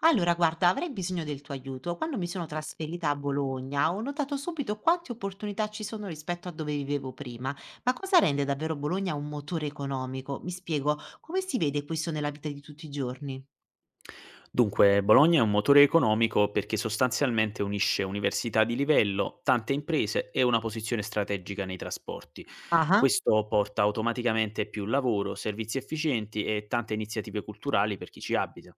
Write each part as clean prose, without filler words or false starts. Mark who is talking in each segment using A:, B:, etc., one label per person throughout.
A: Allora, guarda, avrei bisogno del tuo aiuto. Quando mi sono trasferita a Bologna ho notato subito quante opportunità ci sono rispetto a dove vivevo prima. Ma cosa rende davvero Bologna un motore economico? Mi spiego, come si vede questo nella vita di tutti i giorni?
B: Dunque, Bologna è un motore economico perché sostanzialmente unisce università di livello, tante imprese e una posizione strategica nei trasporti.
A: Ah,
B: Questo porta automaticamente più lavoro, servizi efficienti e tante iniziative culturali per chi ci abita.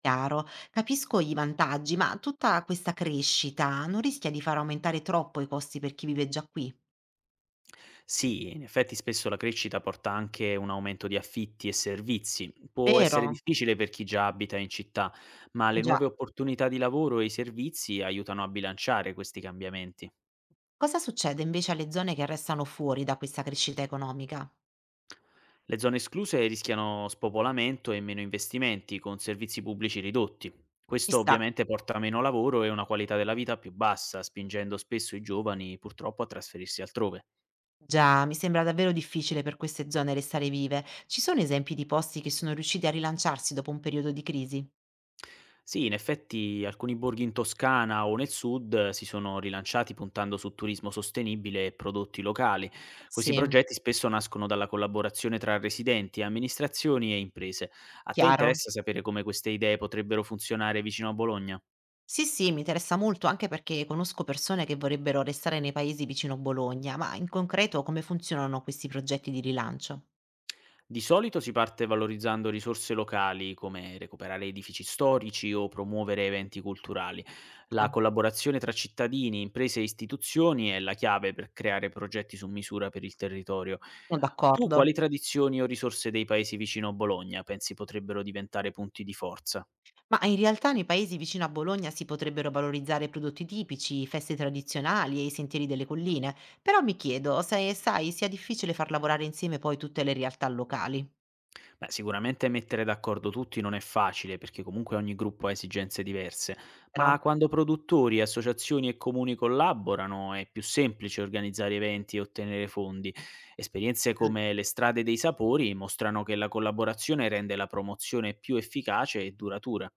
A: chiaro, capisco i vantaggi, ma tutta questa crescita non rischia di far aumentare troppo i costi per chi vive già qui?
B: Sì, in effetti spesso la crescita porta anche un aumento di affitti e servizi. Può essere
A: Vero?
B: difficile per chi già abita in città, ma le
A: Già.
B: nuove opportunità di lavoro e i servizi aiutano a bilanciare questi cambiamenti.
A: Cosa succede invece alle zone che restano fuori da questa crescita economica?
B: Le zone escluse rischiano spopolamento e meno investimenti, con servizi pubblici ridotti.
A: Ci
B: Questo
A: sta.
B: ovviamente porta a meno lavoro e una qualità della vita più bassa, spingendo spesso i giovani purtroppo a trasferirsi altrove.
A: Già, mi sembra davvero difficile per queste zone restare vive. Ci sono esempi di posti che sono riusciti a rilanciarsi dopo un periodo di crisi?
B: Sì, in effetti alcuni borghi in Toscana o nel sud si sono rilanciati puntando su turismo sostenibile e prodotti locali. Questi
A: Sì,
B: progetti spesso nascono dalla collaborazione tra residenti, amministrazioni e imprese. A te
A: chiaro.
B: interessa sapere come queste idee potrebbero funzionare vicino a Bologna?
A: Sì, sì, mi interessa molto anche perché conosco persone che vorrebbero restare nei paesi vicino Bologna, ma in concreto come funzionano questi progetti di rilancio?
B: Di solito si parte valorizzando risorse locali come recuperare edifici storici o promuovere eventi culturali. La
A: Ah,
B: collaborazione tra cittadini, imprese e istituzioni è la chiave per creare progetti su misura per il territorio.
A: sono
B: Tu
A: d'accordo.
B: quali tradizioni o risorse dei paesi vicino a Bologna pensi potrebbero diventare punti di forza?
A: Ma in realtà nei paesi vicino a Bologna si potrebbero valorizzare prodotti tipici, feste tradizionali e i sentieri delle colline, però mi chiedo se, sai, sia difficile far lavorare insieme poi tutte le realtà locali.
B: Beh, sicuramente mettere d'accordo tutti non è facile perché comunque ogni gruppo ha esigenze diverse,
A: Vero,
B: ma quando produttori, associazioni e comuni collaborano è più semplice organizzare eventi e ottenere fondi. Esperienze
A: mh,
B: come le strade dei sapori mostrano che la collaborazione rende la promozione più efficace e duratura.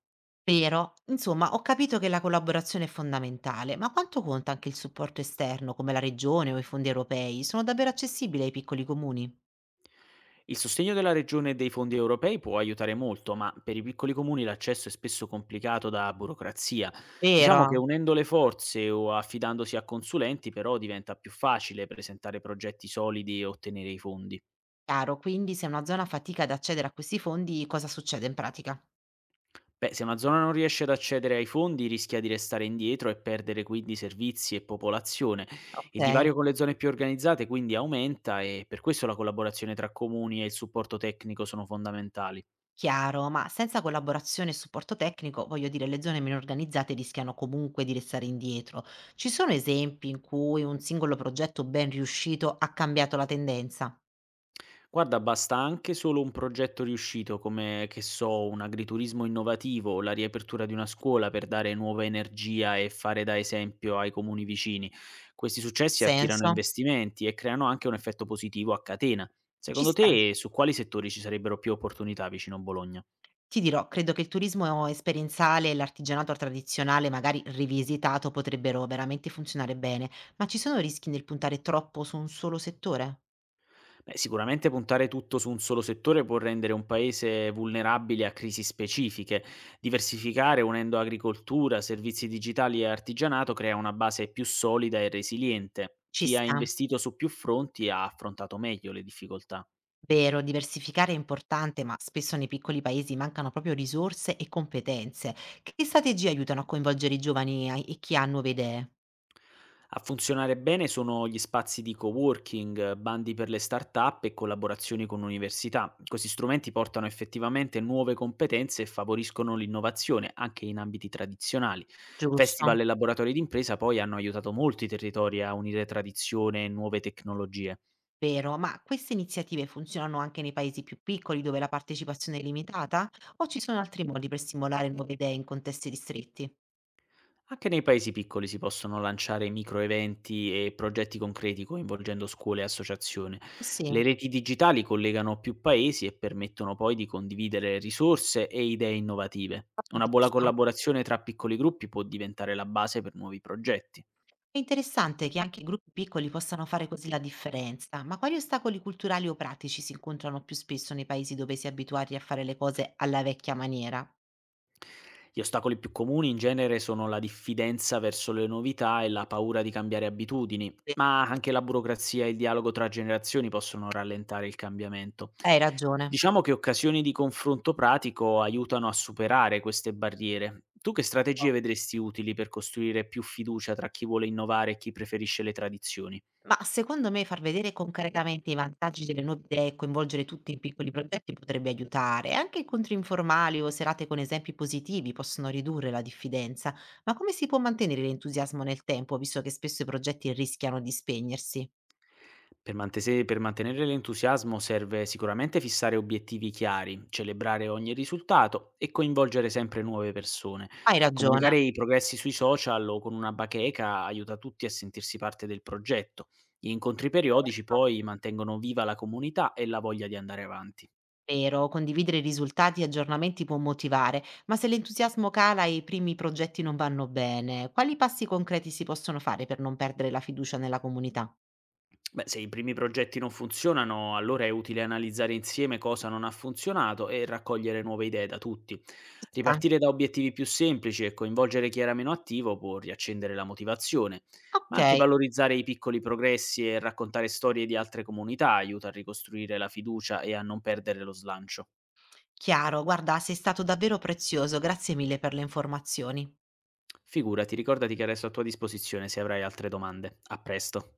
A: vero. Insomma, ho capito che la collaborazione è fondamentale, ma quanto conta anche il supporto esterno, come la regione o i fondi europei? Sono davvero accessibili ai piccoli comuni?
B: Il sostegno della regione e dei fondi europei può aiutare molto, ma per i piccoli comuni l'accesso è spesso complicato da burocrazia. Diciamo che
A: Vero,
B: unendo le forze o affidandosi a consulenti però diventa più facile presentare progetti solidi e ottenere i fondi.
A: chiaro. Quindi se una zona fatica ad accedere a questi fondi, cosa succede in pratica?
B: Beh, se una zona non riesce ad accedere ai fondi rischia di restare indietro e perdere quindi servizi e popolazione. Il
A: Ok,
B: divario con le zone più organizzate quindi aumenta e per questo la collaborazione tra comuni e il supporto tecnico sono fondamentali.
A: chiaro, ma senza collaborazione e supporto tecnico, voglio dire, le zone meno organizzate rischiano comunque di restare indietro. Ci sono esempi in cui un singolo progetto ben riuscito ha cambiato la tendenza?
B: Guarda, basta anche solo un progetto riuscito come, che so, un agriturismo innovativo o la riapertura di una scuola per dare nuova energia e fare da esempio ai comuni vicini. Questi successi attirano
A: Senso?
B: investimenti e creano anche un effetto positivo a catena.
A: Ci
B: Secondo
A: sta.
B: te, su quali settori ci sarebbero più opportunità vicino a Bologna?
A: Ti dirò, credo che il turismo esperienziale e l'artigianato tradizionale, magari rivisitato, potrebbero veramente funzionare bene, ma ci sono rischi nel puntare troppo su un solo settore?
B: Beh, sicuramente puntare tutto su un solo settore può rendere un paese vulnerabile a crisi specifiche. Diversificare unendo agricoltura, servizi digitali e artigianato crea una base più solida e resiliente.
A: Ci
B: Chi ha
A: sta.
B: investito su più fronti ha affrontato meglio le difficoltà.
A: Vero, diversificare è importante, ma spesso nei piccoli paesi mancano proprio risorse e competenze. Che strategie aiutano a coinvolgere i giovani e chi ha nuove idee?
B: A funzionare bene sono gli spazi di coworking, bandi per le start-up e collaborazioni con università. Questi strumenti portano effettivamente nuove competenze e favoriscono l'innovazione anche in ambiti tradizionali. Festival
A: Giusto.
B: e laboratori d'impresa poi hanno aiutato molti territori a unire tradizione e nuove tecnologie.
A: Vero, ma queste iniziative funzionano anche nei paesi più piccoli dove la partecipazione è limitata? O ci sono altri modi per stimolare nuove idee in contesti ristretti?
B: Anche nei paesi piccoli si possono lanciare microeventi e progetti concreti coinvolgendo scuole e associazioni.
A: Sì.
B: Le reti digitali collegano più paesi e permettono poi di condividere risorse e idee innovative. Una buona
A: Giusto.
B: collaborazione tra piccoli gruppi può diventare la base per nuovi progetti.
A: È interessante che anche gruppi piccoli possano fare così la differenza, ma quali ostacoli culturali o pratici si incontrano più spesso nei paesi dove si è abituati a fare le cose alla vecchia maniera?
B: Gli ostacoli più comuni in genere sono la diffidenza verso le novità e la paura di cambiare abitudini,
A: Sì.
B: ma anche la burocrazia e il dialogo tra generazioni possono rallentare il cambiamento.
A: Hai ragione,
B: Diciamo che occasioni di confronto pratico aiutano a superare queste barriere. Tu che strategie
A: giusto.
B: vedresti utili per costruire più fiducia tra chi vuole innovare e chi preferisce le tradizioni?
A: Ma secondo me far vedere concretamente i vantaggi delle nuove idee e coinvolgere tutti in piccoli progetti potrebbe aiutare. Anche incontri informali o serate con esempi positivi possono ridurre la diffidenza. Ma come si può mantenere l'entusiasmo nel tempo, visto che spesso i progetti rischiano di spegnersi?
B: Per mantenere l'entusiasmo serve sicuramente fissare obiettivi chiari, celebrare ogni risultato e coinvolgere sempre nuove persone.
A: Hai ragione.
B: Comunicare i progressi sui social o con una bacheca aiuta tutti a sentirsi parte del progetto. Gli incontri periodici
A: Certo.
B: poi mantengono viva la comunità e la voglia di andare avanti.
A: Vero, condividere i risultati e aggiornamenti può motivare, ma se l'entusiasmo cala e i primi progetti non vanno bene, quali passi concreti si possono fare per non perdere la fiducia nella comunità?
B: Beh, se i primi progetti non funzionano, allora è utile analizzare insieme cosa non ha funzionato e raccogliere nuove idee da tutti.
A: Ci sta.
B: Ripartire da obiettivi più semplici e coinvolgere chi era meno attivo può riaccendere la motivazione, ma
A: Ok,
B: anche valorizzare i piccoli progressi e raccontare storie di altre comunità aiuta a ricostruire la fiducia e a non perdere lo slancio.
A: chiaro, guarda, sei stato davvero prezioso, grazie mille per le informazioni.
B: Figurati, ricordati che resto a tua disposizione se avrai altre domande. A presto.